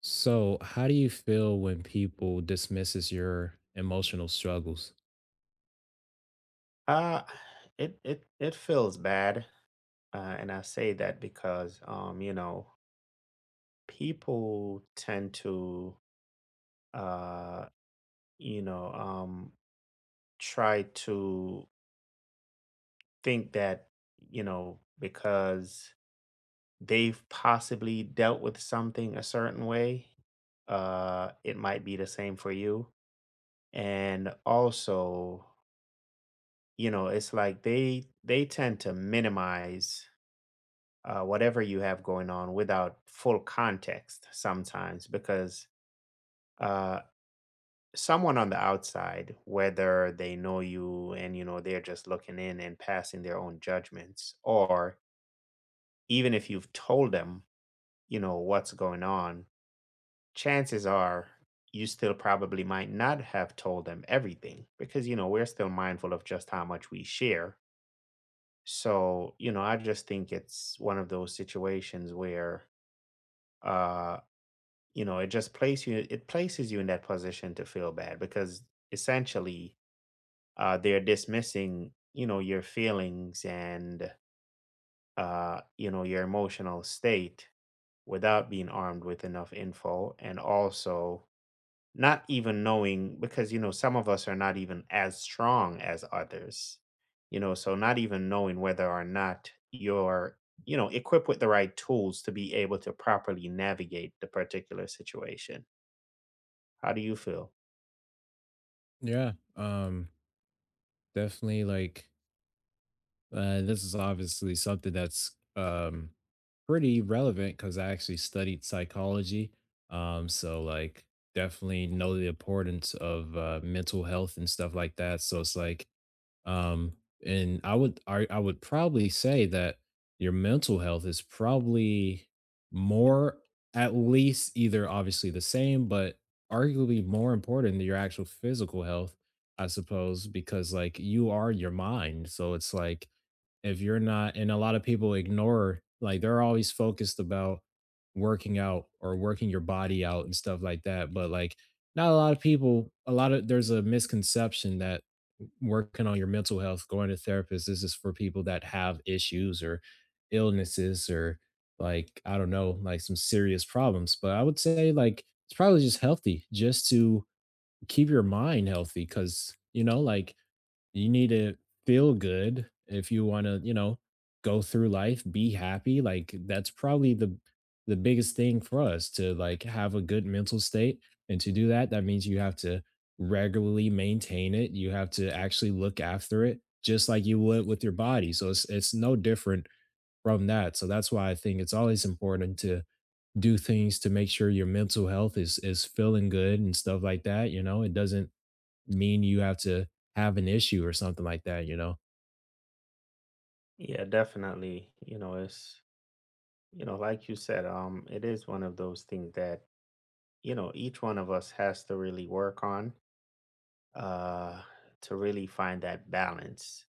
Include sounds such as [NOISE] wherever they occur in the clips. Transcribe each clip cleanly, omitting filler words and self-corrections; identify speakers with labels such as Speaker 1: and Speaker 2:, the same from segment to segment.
Speaker 1: So, how do you feel when people dismisses your emotional struggles?
Speaker 2: Uh, it feels bad, and I say that because people tend to uh, you know, um, try to think that because they've possibly dealt with something a certain way, it might be the same for you, and also it's like they tend to minimize whatever you have going on without full context sometimes because uh, someone on the outside, whether they know you and they're just looking in and passing their own judgments, or even if you've told them what's going on, chances are you still probably might not have told them everything because we're still mindful of just how much we share. So I just think it's one of those situations where uh it just places you it places you in that position to feel bad because essentially they're dismissing, your feelings, and your emotional state, without being armed with enough info. And also, not even knowing, because some of us are not even as strong as others, so not even knowing whether or not you're equipped with the right tools to be able to properly navigate the particular situation. How do you feel?
Speaker 1: Yeah, um, definitely. This is obviously something that's pretty relevant because I actually studied psychology. Um, so like, definitely know the importance of mental health and stuff like that. So it's like. Um, and I would probably say that your mental health is probably more, at least either obviously the same, but arguably more important than your actual physical health, I suppose, because like you are your mind. So it's like if you're not, and a lot of people ignore, like they're always focused about working out or working your body out and stuff like that, but like not a lot of people, a lot of, there's a misconception that working on your mental health, going to therapists, this is for people that have issues or illnesses or like I don't know, like some serious problems, but I would say like it's probably just healthy just to keep your mind healthy cuz you know like you need to feel good if you wanna, go through life, be happy, like, that's probably the biggest thing for us to, like, have a good mental state, and to do that, that means you have to regularly maintain it, you have to actually look after it just like you would with your body, so it's no different from that, so that's why I think it's always important to do things to make sure your mental health is feeling good and stuff like that, you know, it doesn't mean you have to have an issue or something like that, you know?
Speaker 2: Yeah, definitely. Like you said, it is one of those things that, each one of us has to really work on, uh, to really find that balance.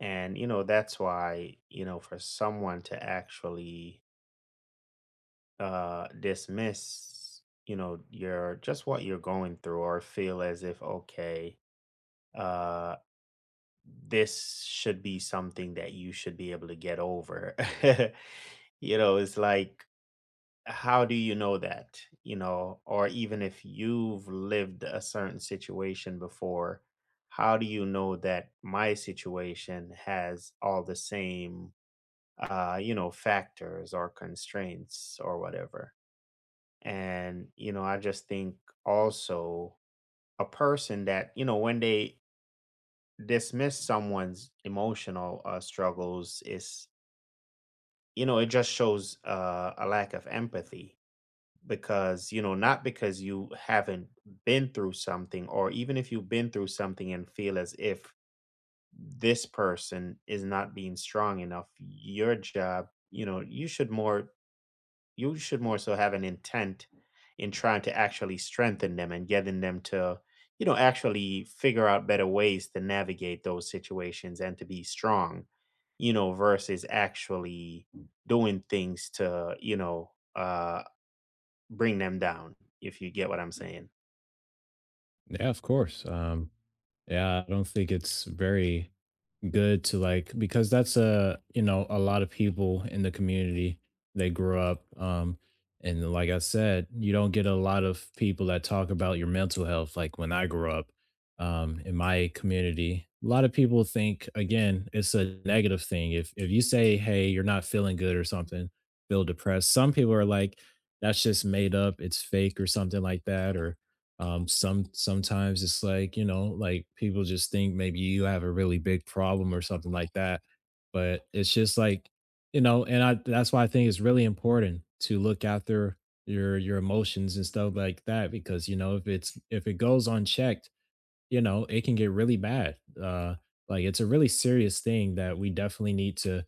Speaker 2: And, that's why, for someone to actually dismiss, your just what you're going through, or feel as if, okay, uh this should be something that you should be able to get over. [LAUGHS] It's like, how do you know that? Or even if you've lived a certain situation before, how do you know that my situation has all the same factors or constraints or whatever? And I just think, also, a person that, when they dismiss someone's emotional struggles, is it just shows a lack of empathy. Because not because you haven't been through something, or even if you've been through something and feel as if this person is not being strong enough, your job, you should more so have an intent in trying to actually strengthen them and getting them to actually figure out better ways to navigate those situations and to be strong, versus actually doing things to bring them down, if you get what I'm saying.
Speaker 1: Yeah, of course. Yeah, I don't think it's very good to, like, because that's a, you know, a lot of people in the community, they grew up, and like I said, you don't get a lot of people that talk about your mental health, like when I grew up, in my community a lot of people think, again, it's a negative thing if you say, hey, you're not feeling good or something, feel depressed, some people are like, that's just made up, it's fake or something like that. Or sometimes it's like, you know, like people just think maybe you have a really big problem or something like that. But it's just like, you know, and I, that's why I think it's really important to look after your emotions and stuff like that, because you know if it's if it goes unchecked, you know, it can get really bad. Like it's a really serious thing that we definitely need to,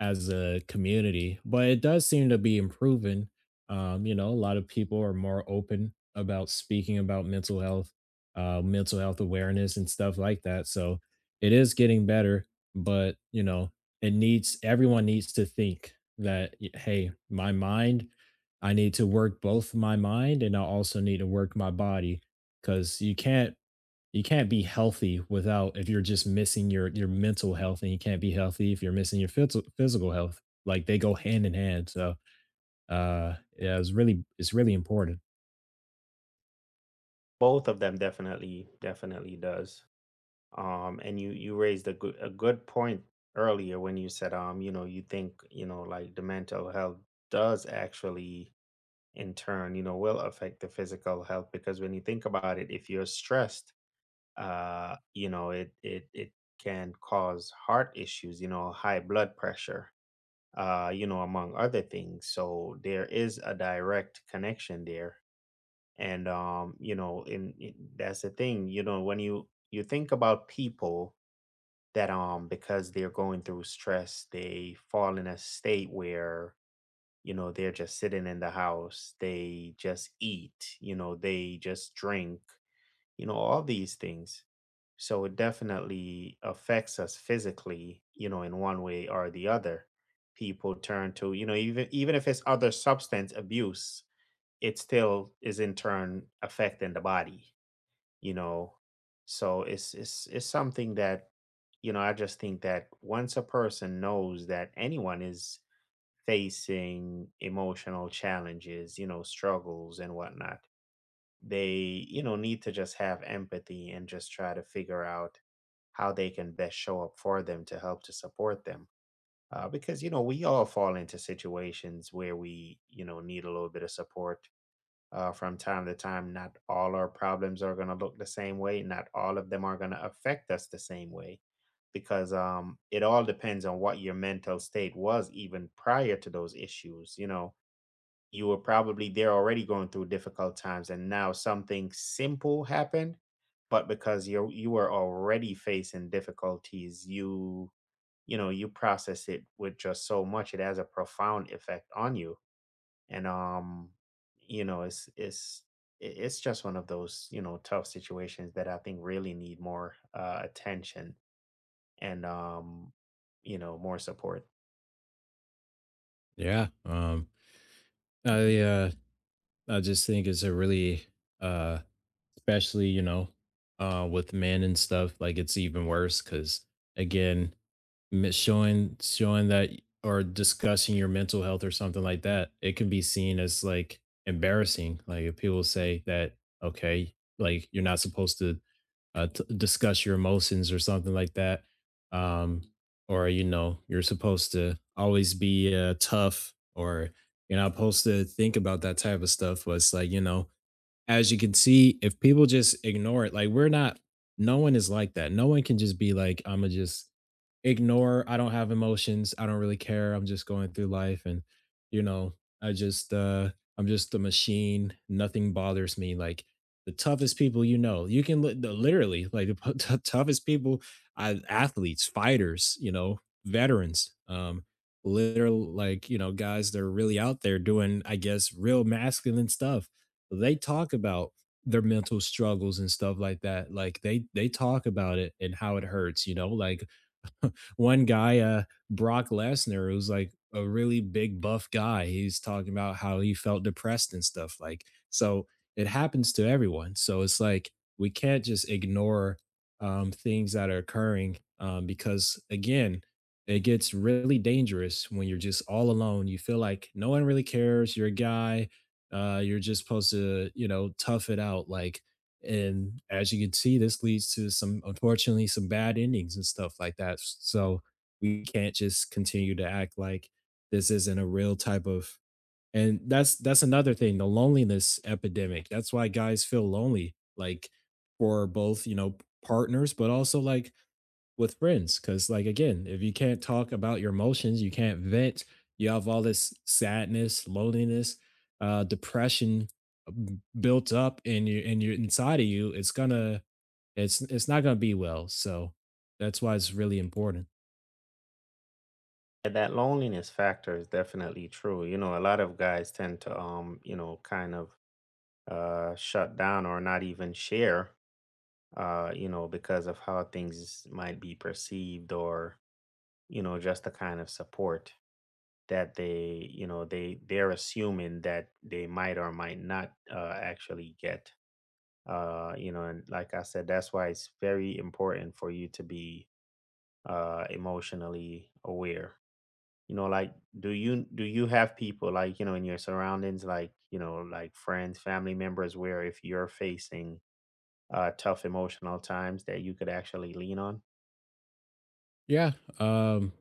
Speaker 1: as a community, but it does seem to be improving. You know, a lot of people are more open about speaking about mental health awareness, and stuff like that. So it is getting better, but you know, it needs, everyone needs to think that hey, my mind, I need to work both my mind and I also need to work my body, because you can't, you can't be healthy without, if you're just missing your mental health, and you can't be healthy if you're missing your physical health, like they go hand in hand, so yeah, it's really important.
Speaker 2: Both of them, definitely, definitely does. Um, and you raised a good point earlier when you said, you think, like, the mental health does actually in turn will affect the physical health. Because when you think about it, if you're stressed, it can cause heart issues, high blood pressure, among other things. So there is a direct connection there. And that's the thing, when you think about people that because they're going through stress, they fall in a state where they're just sitting in the house, they just eat, they just drink, all these things. So it definitely affects us physically, in one way or the other. People turn to, even if it's other substance abuse, it still is in turn affecting the body, you know. So it's it's something that, i just think that once a person knows that anyone is facing emotional challenges, struggles and whatnot, they, need to just have empathy and just try to figure out how they can best show up for them to help, to support them. Because we all fall into situations where we need a little bit of support from time to time. Not all our problems are going to look the same way. Not all of them are going to affect us the same way because it all depends on what your mental state was even prior to those issues. You were probably there already going through difficult times, and now something simple happened. But because you were already facing difficulties, you know you process it with just so much. It has a profound effect on you. And you know it's it's it's just one of those tough situations that I think really need more attention, and more support.
Speaker 1: yeah um i uh I just think it's a really, uh especially, you know, with men and stuff, like it's even worse because, again, showing that or discussing your mental health or something like that, it can be seen as like embarrassing. Like if people say that, okay, like you're not supposed to discuss your emotions or something like that, um, or you know, you're supposed to always be tough, or you're not supposed to think about that type of stuff. But it's like, you know, as you can see, if people just ignore it, like we're not, no one is like that. No one can just be like, I'm gonna just ignore, I don't have emotions, I don't really care, I'm just going through life, and you know, I just, uh, I'm just a machine, nothing bothers me. Like the toughest people, you know, you can literally like the [LAUGHS] toughest people, athletes, fighters, you know, veterans, literal, like you know, guys that are really out there doing, I guess, real masculine stuff, they talk about their mental struggles and stuff like that. Like they talk about it and how it hurts, you know, like one guy, Brock Lesnar, who's like a really big buff guy, he's talking about how he felt depressed and stuff. Like, so it happens to everyone. So it's like we can't just ignore things that are occurring, because, again, it gets really dangerous when you're just all alone. You feel like no one really cares. You're a guy. You're just supposed to, you know, tough it out. Like, and as you can see, this leads to some, unfortunately, some bad endings and stuff like that. So we can't just continue to act like this isn't a real type of, and that's another thing, the loneliness epidemic. That's why guys feel lonely, like for both, you know, partners, but also like with friends, because like, again, if you can't talk about your emotions, you can't vent, you have all this sadness, loneliness, depression, built up in you and you're inside of you, it's not gonna be well, so that's why it's really important.
Speaker 2: And that loneliness factor is definitely true. You know, a lot of guys tend to kind of shut down or not even share, because of how things might be perceived, or just the kind of support that they, they're assuming that they might or might not actually get. And like I said, that's why it's very important for you to be emotionally aware. You know, like, do you have people like, in your surroundings, like, like friends, family members, where if you're facing tough emotional times that you could actually lean on?
Speaker 1: Yeah. Um,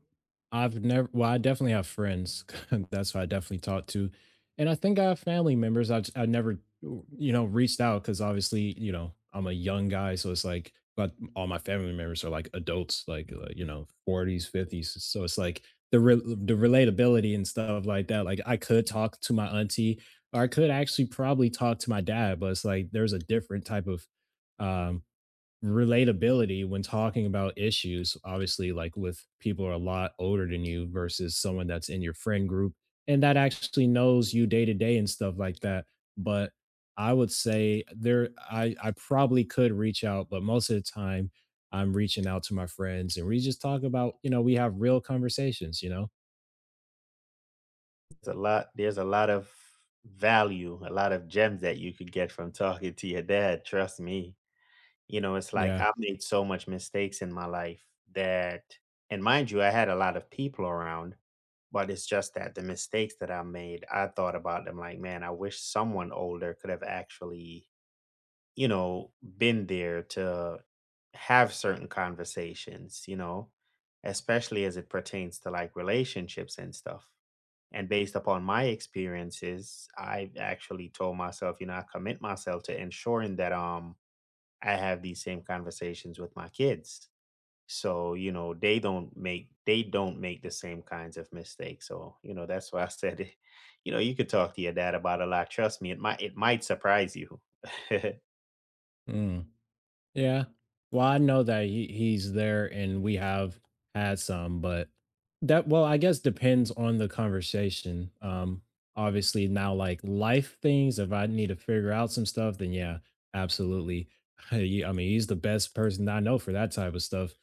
Speaker 1: I've never, well, I definitely have friends. [LAUGHS] That's who I definitely talk to. And I think I have family members. I never, you know, reached out because obviously, you know, I'm a young guy. So it's like, but all my family members are like adults, like, you know, 40s, 50s. So it's like the, the relatability and stuff like that. Like I could talk to my auntie or I could actually probably talk to my dad, but it's like there's a different type of, um relatability when talking about issues, obviously, like with people who are a lot older than you versus someone that's in your friend group and that actually knows you day to day and stuff like that. But I would say there, I probably could reach out, but most of the time I'm reaching out to my friends and we just talk about, you know, we have real conversations, you know?
Speaker 2: There's a lot of value, a lot of gems, that you could get from talking to your dad, trust me. You know, it's like
Speaker 1: Yeah.
Speaker 2: I've made so much mistakes in my life that and mind you, I had a lot of people around, but it's just that the mistakes that I made, I thought about them like, man, I wish someone older could have actually, you know, been there to have certain conversations, you know, especially as it pertains to like relationships and stuff. And based upon my experiences, I've actually told myself, you know, I commit myself to ensuring that I have these same conversations with my kids. So, you know, they don't make the same kinds of mistakes. So, you know, that's why I [LAUGHS] said it. You know, you could talk to your dad about a lot. Trust me, it might surprise you. [LAUGHS] yeah,
Speaker 1: Mm. Yeah. Well, I know that he's there and we have had some, but that, well, I guess depends on the conversation. Obviously now like life things, if I need to figure out some stuff, then yeah, absolutely. [LAUGHS] I mean, he's the best person I know for that type of stuff.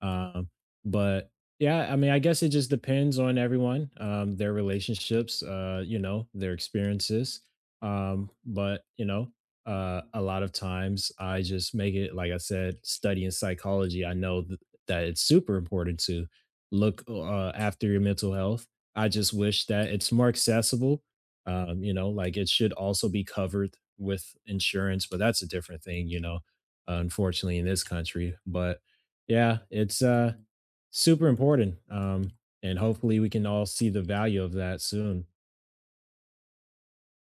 Speaker 1: Um but yeah, I mean, I guess it just depends on everyone, their relationships, you know, their experiences. But, you know, a lot of times I just make it, like I said, studying psychology. I know that it's super important to look after your mental health. I just wish that it's more accessible. You know, like it should also be covered with insurance, but that's a different thing, you know, unfortunately in this country. But yeah, it's super important. And hopefully we can all see the value of that soon.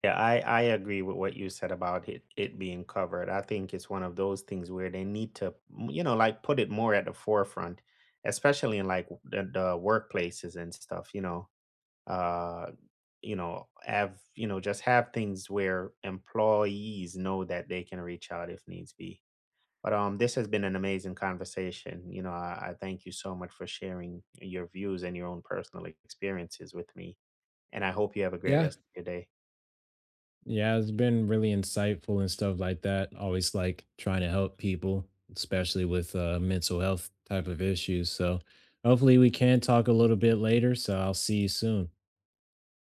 Speaker 2: I agree with what you said about it being covered. I think it's one of those things where they need to, mm, you know, like put it more at the forefront, especially in like the workplaces and stuff, you know. uh have, you know, just have things where employees know that they can reach out if needs be. But this has been an amazing conversation. I thank you so much for sharing your views and your own personal experiences with me, and I hope you have a great
Speaker 1: Yeah.
Speaker 2: rest of your day.
Speaker 1: Yeah, it's been really insightful and stuff like that. Always like trying to help people, especially with mental health type of issues. So hopefully we can talk a little bit later. So I'll see you soon.